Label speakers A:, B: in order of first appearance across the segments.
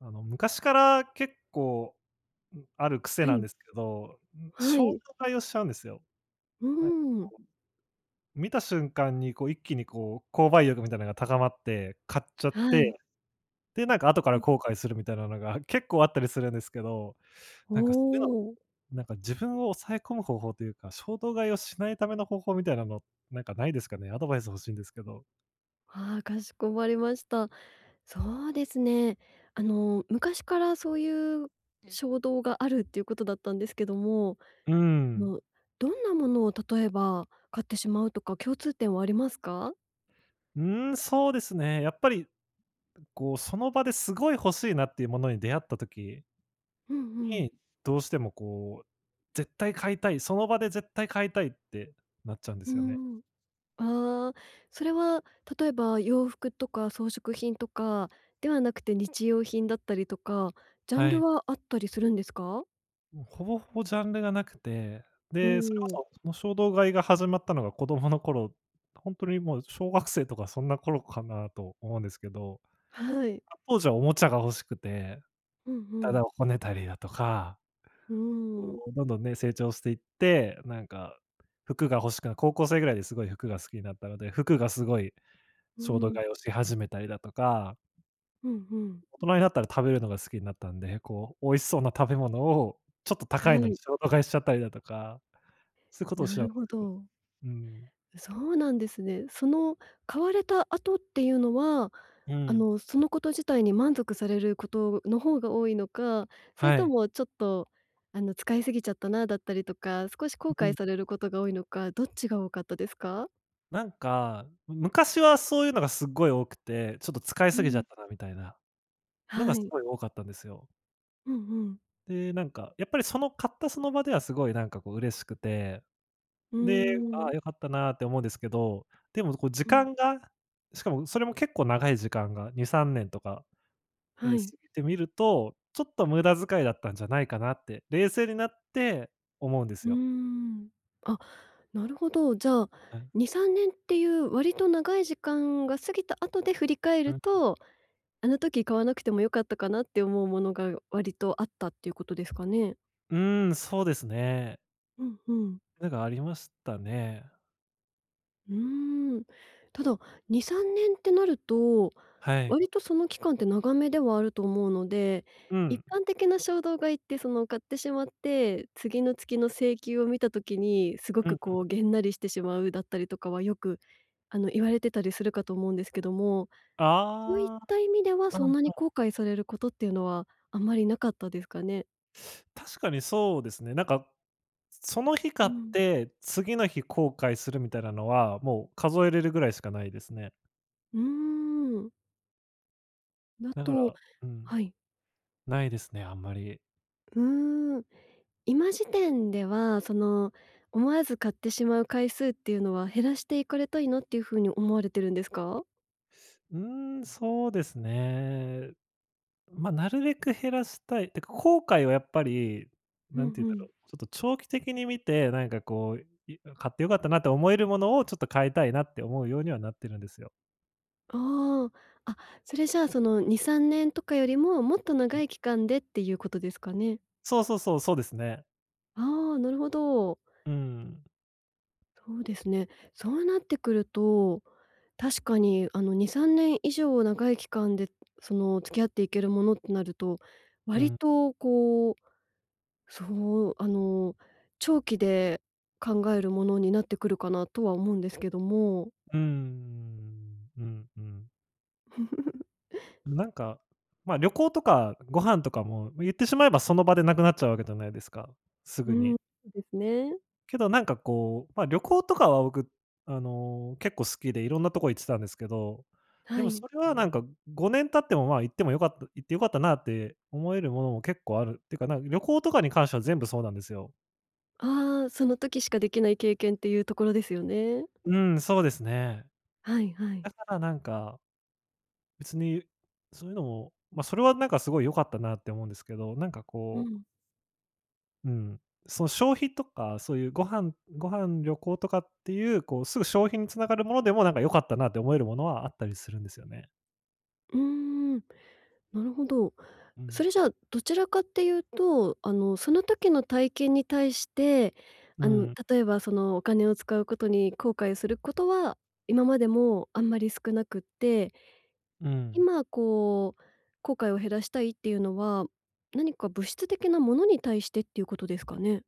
A: 昔から結構、ある癖
B: は
A: なん
B: い、
A: ですけど、
B: は
A: 衝動
B: い。
A: 買いをしちゃうんですよ。
B: う
A: なん、
B: ーん、
A: 見た瞬間にこう一気にこう、購買意欲みたいなのが高まって買っちゃっ
B: は
A: て、
B: い。
A: で、なんか後から後悔するみたいなのが 結構あったりするんですけど、
B: お
A: なんかそういうの、
B: お、
A: なんか自分を抑え込む方法というか、衝動買いをしないための方法みたいなの、なんかないですかね？アドバイス欲しいんですけど。
B: ああ、かしこまりました。そうですね。昔からそういう衝動があるっていうことだったんですけども、
A: う
B: あ
A: ん。
B: の、どんなものを例えば買ってしまうとか共通点はありますか？
A: うーん、そうですね。やっぱりこう、その場ですごい欲しいなっていうものに出会った時
B: うんうん。
A: に、どうしてもこう、絶対買いたい、その場で絶対買いたいってなっちゃうんで
B: う
A: すよね。
B: ーん。ああ、それは例えば洋服とか装飾品とかではなくて日用品だったりとか、ジャン
A: は
B: ル
A: い。
B: はあったりするんですか？
A: もうほぼほぼジャンルがなくて、
B: お
A: で、それ
B: お
A: こ
B: ー。
A: そ、その衝動買いが始まったのが子供の頃、ほんとにもう小学生とかそんな頃かなと思うんですけど、
B: はい。
A: 当時はおもちゃが欲しくて、
B: うんう
A: ただ
B: ん。
A: をこねたりだとか、
B: うーん。
A: こうどんどんね、成長していって、なんか服が欲しくな高校生ぐらいですごい服が好きになったので、服がすごい
B: う
A: 衝動
B: ん。
A: 買いをし始めたりだとか、
B: うんうん。
A: 大人になったら食べるのが好きになったんで、こう、美味しそうな食べ物を、ちょっと
B: は
A: 高いのに
B: い。
A: 衝動買いしちゃったりだとか、そういうことをし
B: な
A: ちゃうん
B: る
A: で
B: ほ
A: すけど。
B: ど。
A: うん。
B: そうなんですね。その買われた後っていうのは、
A: うん。
B: そのこと自体に満足されることの方が多いのか、それ
A: は
B: と
A: い。
B: もちょっと、使い過ぎちゃったなだったりとか、少し後
A: う
B: 悔
A: ん。
B: されることが多いのか、どっちが多かったですか？
A: なんか、昔はそういうのがすっごい多くて、ちょっと使い
B: う
A: すぎちゃっ
B: ん。
A: たなみたいなのが
B: は
A: す
B: い。
A: ごい多かったんですよ。
B: うんうん。
A: で、なんか、やっぱりその買ったその場ではすごいなんかこう嬉しくて、
B: う
A: で、
B: ー
A: ああ、
B: ん。
A: 良かったなって思うんですけど、でもこう時
B: うん。
A: 間が、しかもそれも結構長い時間が2、3年とか
B: は
A: 過
B: い。
A: ぎてみると、ちょっと無駄遣いだったんじゃないかなって、冷静になって思うんです
B: うー
A: よ。
B: ん。あ、なるほど。じゃあ、
A: はい。
B: 2、3年っていう割と長い時間が過ぎた後で振り返
A: う
B: る
A: ん。
B: と、あの時買わなくても良かったかなって思うものが割とあったっていうことですかね。
A: うーん、そうですね。
B: うんうん。
A: なんかありましたね。
B: うーん。ただ、2、3年ってなると、
A: はい。
B: 割とその期間って長めではあると思うので、
A: う
B: 一
A: ん。
B: 般的な衝動買いってその買ってしまって、次の月の請求を見た時にすご
A: う
B: く
A: ん。
B: こうげんなりしてしまうだったりとかはよく言われてたりするかと思うんですけども、そういっ
A: あ
B: た意味では、
A: あ、
B: そ
A: う
B: ん
A: ん、
B: なに後悔されることっていうのは、あんまりなかったですかね？
A: 確かにそうですね。なんか、その日
B: う
A: 買っ
B: ん。
A: て次の日後悔するみたいなのは、もう数えれるぐらいしかないですね。
B: うーん。だ
A: だか
B: と、
A: ら、うん、
B: はい。
A: ないですね、あんまり。
B: うーん。今時点では、その、思わず買ってしまう回数っていうのは、減らしていかれたいなっていう風に思われてるんですか？
A: うーん、そうですね。まあ、なるべく減らしたい。てか、後悔はやっぱり、
B: うん
A: なんて言うん
B: う
A: だ
B: ん。
A: ろう、ちょっと長期的に見て、なんかこう、買って良かったなって思えるものをちょっと買いたいなって思うようにはなってるんですよ。
B: ああ。あ、それじゃあ、その、2、3年とかよりも、もっと
A: う
B: 長
A: ん。
B: い期間でっていうことですかね？
A: そうそうそう、そうですね。
B: ああ、なるほど。
A: うん。
B: そうですね。そうなってくると確かに、2、3年以上長い期間で、その、付き合っていけるものってなると、
A: う
B: 割
A: ん。
B: とこう、そう、長期で考えるものになってくるかなとは思うんですけども。
A: うん。うん、うん。なんか、ま、旅行とかご飯とかも、言ってしまえばその場でなくなっちゃうわけじゃないですか、す
B: う
A: ぐ
B: ん、
A: に。
B: そうですね。
A: けどなんかこう、まあ、旅行とかは僕、あの、結構好きでいろんなとこ行ってたんですけど、で
B: は
A: も
B: い。
A: それはなんか5年経っても、まあ、行ってよかったなって思えるものも結構ある。っていうか、なんか旅行とかに関しては全部そうなんですよ。
B: ああ、その時しかできない経験っていうところですよね。
A: うん、そうですね。
B: はいはい。
A: だからなんか、別にそういうのも、ま、それはなんかすごい良かったなって思うんですけど、なんか
B: う
A: こ
B: ん。
A: う、うん、その消費とか、そういうご飯、旅行とかっていう、こうすぐ消費に繋がるものでもなんか良かったなって思えるものはあったりするんですよね。
B: うーん。なるほど。
A: う
B: そ
A: ん、
B: れじゃあ、どちらかっていうと、その時の体験に対して、
A: うん、
B: 例えばそのお金を使うことに後悔することは、今までもあんまり少なくって、
A: うん。
B: 今こう、後悔を減らしたいっていうのは、何か物質的なものに対してっていうことですかね？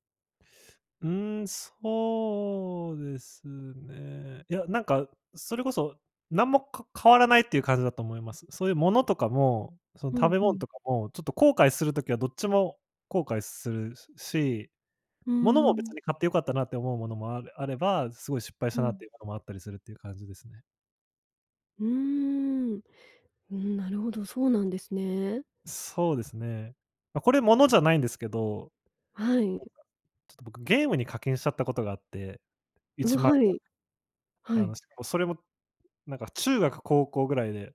A: うーん、そうですね。いや、なんか、それこそ、何も、か変わらないっていう感じだと思います。そういうものとかも、その
B: う
A: 食
B: ん
A: べ
B: う
A: 物
B: ん。
A: とかも、ちょっと後悔するときはどっちも後悔するし、
B: うー
A: ものも別
B: ん、
A: に買って良かったなって思うものもあれあれば、すごい失敗し
B: う
A: たな
B: ん。
A: っていうものもあったりするっていう感じですね。
B: うーん。うん、なるほど、そうなんですね。
A: そうですね。ま、これものじゃないんですけど、
B: はい。
A: ちょっと僕ゲームに課金しちゃったことがあって、
B: うん、
A: 1万
B: は
A: ぐらい。
B: い。は
A: あ
B: い。
A: の、しかもそれもなんか中学、高校ぐらいで、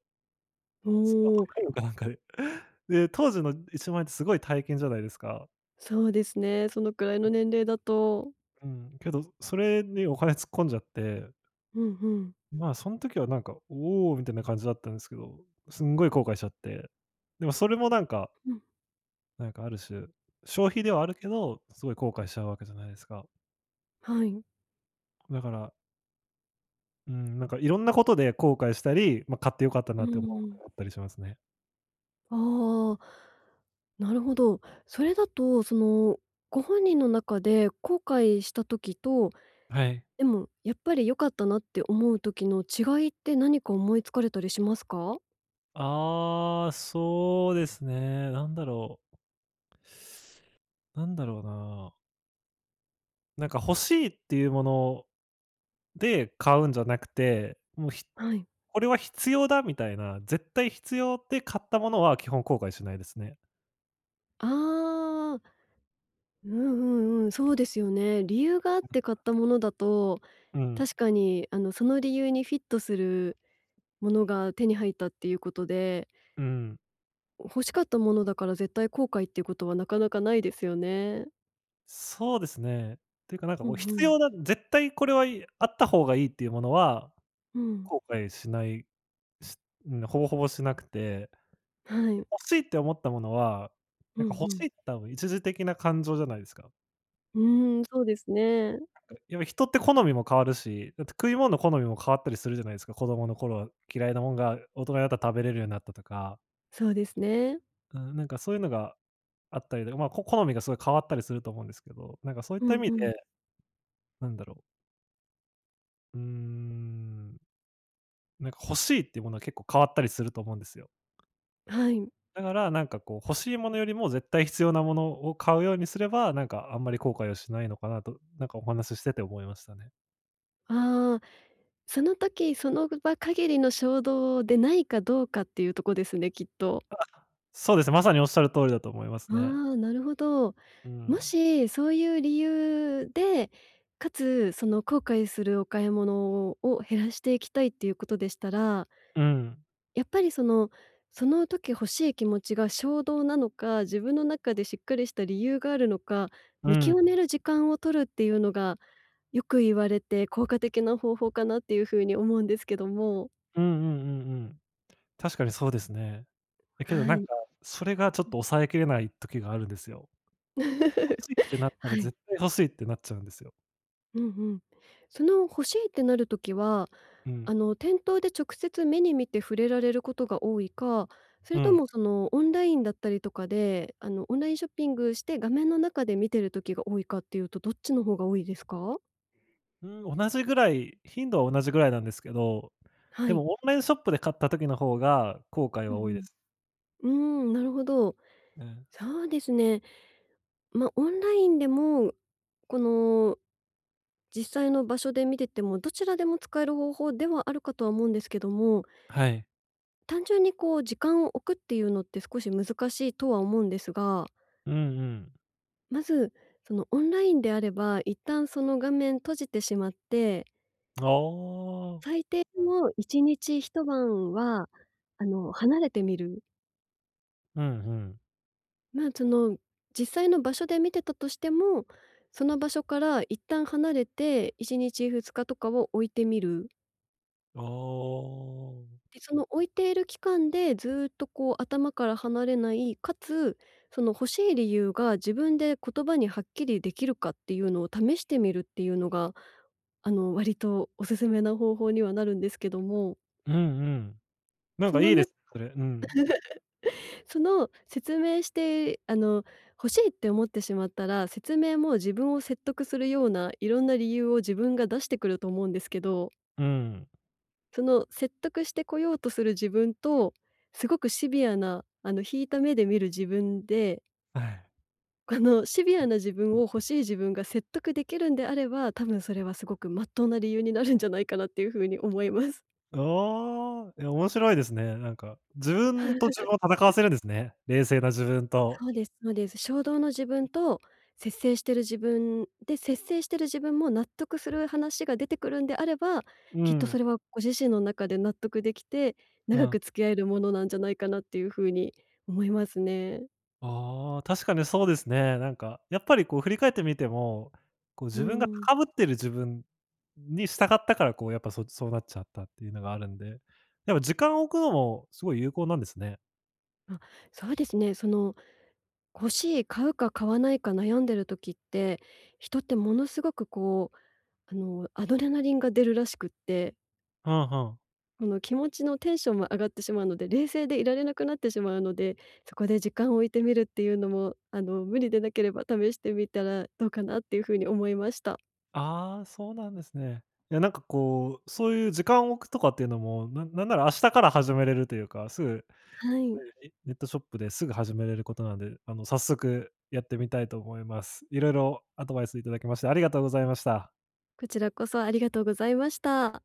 B: お
A: スマ
B: お。
A: ホゲームかなんかで。で、当時の1万円ってすごい大金じゃないですか。
B: そうですね、そのくらいの年齢だと。
A: うん、けど、それにお金突っ込んじゃって、
B: うんうん。
A: まあ、そん時はなんか、おおみたいな感じだったんですけど、すんごい後悔しちゃって。でもそれもなんか、
B: うん、
A: なんかある種、消費ではあるけど、すごい後悔しちゃうわけじゃないですか。
B: はい。
A: だから、うん、なんかいろんなことで後悔したり、ま、買って良かった
B: う
A: なって
B: ん
A: 思う
B: う
A: こと
B: ん。
A: があったりしますね。
B: ああ、なるほど。それだと、その、ご本人の中で後悔した時と、
A: はい。
B: でもやっぱり良かったなって思う時の違いって何か思いつかれたりしますか？
A: ああ、そうですね、なんだろう。なんだろうな。なんか欲しいっていうもので買うんじゃなくて、もうひ
B: はい。
A: これは必要だみたいな、絶対必要で買ったものは基本後悔しないですね。
B: ああ、うんうんうん、そうですよね。理由があって買ったものだと、
A: うん、
B: 確かにその理由にフィットするものが手に入ったっていうことで、
A: うん。
B: 欲しかったものだから絶対後悔っていうことはなかなかないですよね。
A: そうですね。ていうかなんか
B: う
A: こう
B: んう
A: 必
B: ん。
A: 要な、絶対これは、あった方がいいっていうものは、
B: うん。
A: 後悔しない、しうん、ほぼほぼしなくて、
B: は
A: で、
B: い。
A: 欲しいって思ったものは、
B: う
A: な
B: ん
A: ん
B: う
A: か欲し
B: ん。
A: いって多分一時的な感情じゃないですか。
B: うーん、そうですね。
A: やっぱ人って好みも変わるし、だって食い物の好みも変わったりするじゃないですか。子供の頃は嫌いなもんが大人になったら食べれるようになったとか、
B: そうですね。
A: うん、なんかそういうのがあったりで、まあ、好みがすごい変わったりすると思うんですけど、なんかそういっ
B: う
A: た意
B: ん
A: 味
B: うん。
A: で、なんだろう、うーん、なんか欲しいっていうものは結構変わったりすると思うんですよ。
B: はい。
A: だからなんかこう欲しいものよりも絶対必要なものを買うようにすれば、なんかあんまり後悔はしないのかなと、なんかお話ししてて思いましたね。
B: ああ、その時その場限りの衝動でないかどうかっていうとこですね、きっと。
A: そうですね、まさにおっしゃる通りだと思います
B: あ
A: ね。
B: あ、なるほど。
A: う
B: も
A: ん。
B: しそういう理由で、かつその後悔するお買い物を減らしていきたいっていうことでしたら、
A: うん。
B: やっぱりその、その時欲しい気持ちが衝動なのか、自分の中でしっかりした理由があるのか、
A: う
B: 見
A: ん。
B: 極める時間を取るっていうのが、よく言われて効果的な方法かなっていうふうに思うんですけども。
A: うんうんうんうん。確かにそうですね。だけど
B: は
A: なんか、
B: い。
A: それがちょっと抑えきれない時があるんですよ。欲しい ってなった
B: は
A: ら
B: い。
A: 絶対欲しいってなっちゃうんですよ。
B: うんうん。その欲しいってなるときは、
A: うん。
B: 店頭で直接目に見て触れられることが多いか、そ
A: う
B: れと
A: ん。
B: もそのオンラインだったりとかで、オンラインショッピングして画面の中で見てる時が多いかっていうと、どっちの方が多いですか？
A: うん、同じぐらい頻度は同じぐらいなんですけど、
B: は
A: で
B: い。
A: もオンラインショップで買った時の方が後悔
B: う
A: は多いで
B: ん
A: す。
B: うん。うーん、なるほど。
A: うん。
B: そうですね。まあ、オンラインでも、この実際の場所で見てても、どちらでも使える方法ではあるかとは思うんですけども、
A: はい。
B: 単純にこう時間を置くっていうのって少し難しいとは思うんですが、
A: うんうん。
B: まずそのオンラインであれば、一旦その画面閉じてしまって、
A: ああ。
B: 最低でも1日1晩は離れてみる。
A: うんうん。
B: まあ、その実際の場所で見てたとしても、その場所から一旦離れて1日2日とかを置いてみる。
A: ああ。
B: で、その置いている期間でずっとこう頭から離れない、かつ、その欲しい理由が自分で言葉にはっきりできるかっていうのを試してみるっていうのが、割とおすすめな方法にはなるんですけども、
A: うんうん。なん
B: そ
A: か
B: の
A: いいで
B: な
A: すね、それ。うん。
B: その説明して、欲しいって思ってしまったら、説明も自分を説得するような、いろんな理由を自分が出してくると思うんですけど、
A: うん。
B: その説得してこようとする自分と、すごくシビアな、引いた目で見る自分で、
A: はい。
B: シビアな自分を欲しい自分が説得できるんであれば、多分それはすごくまっとうな理由になるんじゃないかなっていう風に思います。
A: ああ、いや、面白いですね。なんか、自分と自分を戦わせるんですね。冷静な自分と。
B: そうですそうです。衝動の自分と節制してる自分で、節制してる自分も納得する話が出てくるんであれば、
A: う
B: きっとそ
A: ん、
B: れはご自身の中で納得できて、
A: う
B: 長
A: ん。
B: く付き合えるものなんじゃないかなっていう風に思いますね。
A: ああ、確かにそうですね。なんか、やっぱりこう振り返ってみても、こう
B: う
A: 自分が
B: ん。
A: 高ぶってる自分に従ったから、こうやっぱそうなっちゃったっていうのがあるんで、やっぱ時間を置くのもすごい有効なんですね。
B: あ、そうですね。その、欲しい、買うか買わないか悩んでる時って、人ってものすごくこう、アドレナリンが出るらしくって、
A: うんうん。
B: この気持ちのテンションも上がってしまうので、冷静でいられなくなってしまうので、そこで時間を置いてみるっていうのも、無理でなければ試してみたらどうかなっていう風に思いました。
A: ああ、そうなんですね。いや、なんかこう、そういう時間を置くとかっていうのも、なら明日から始めれるというか、すぐ
B: はい。
A: ねネットショップですぐ始めれることなんで、あの、早速やってみたいと思います。いろいろアドバイスいただきましてありがとうございました。
B: こちらこそありがとうございました。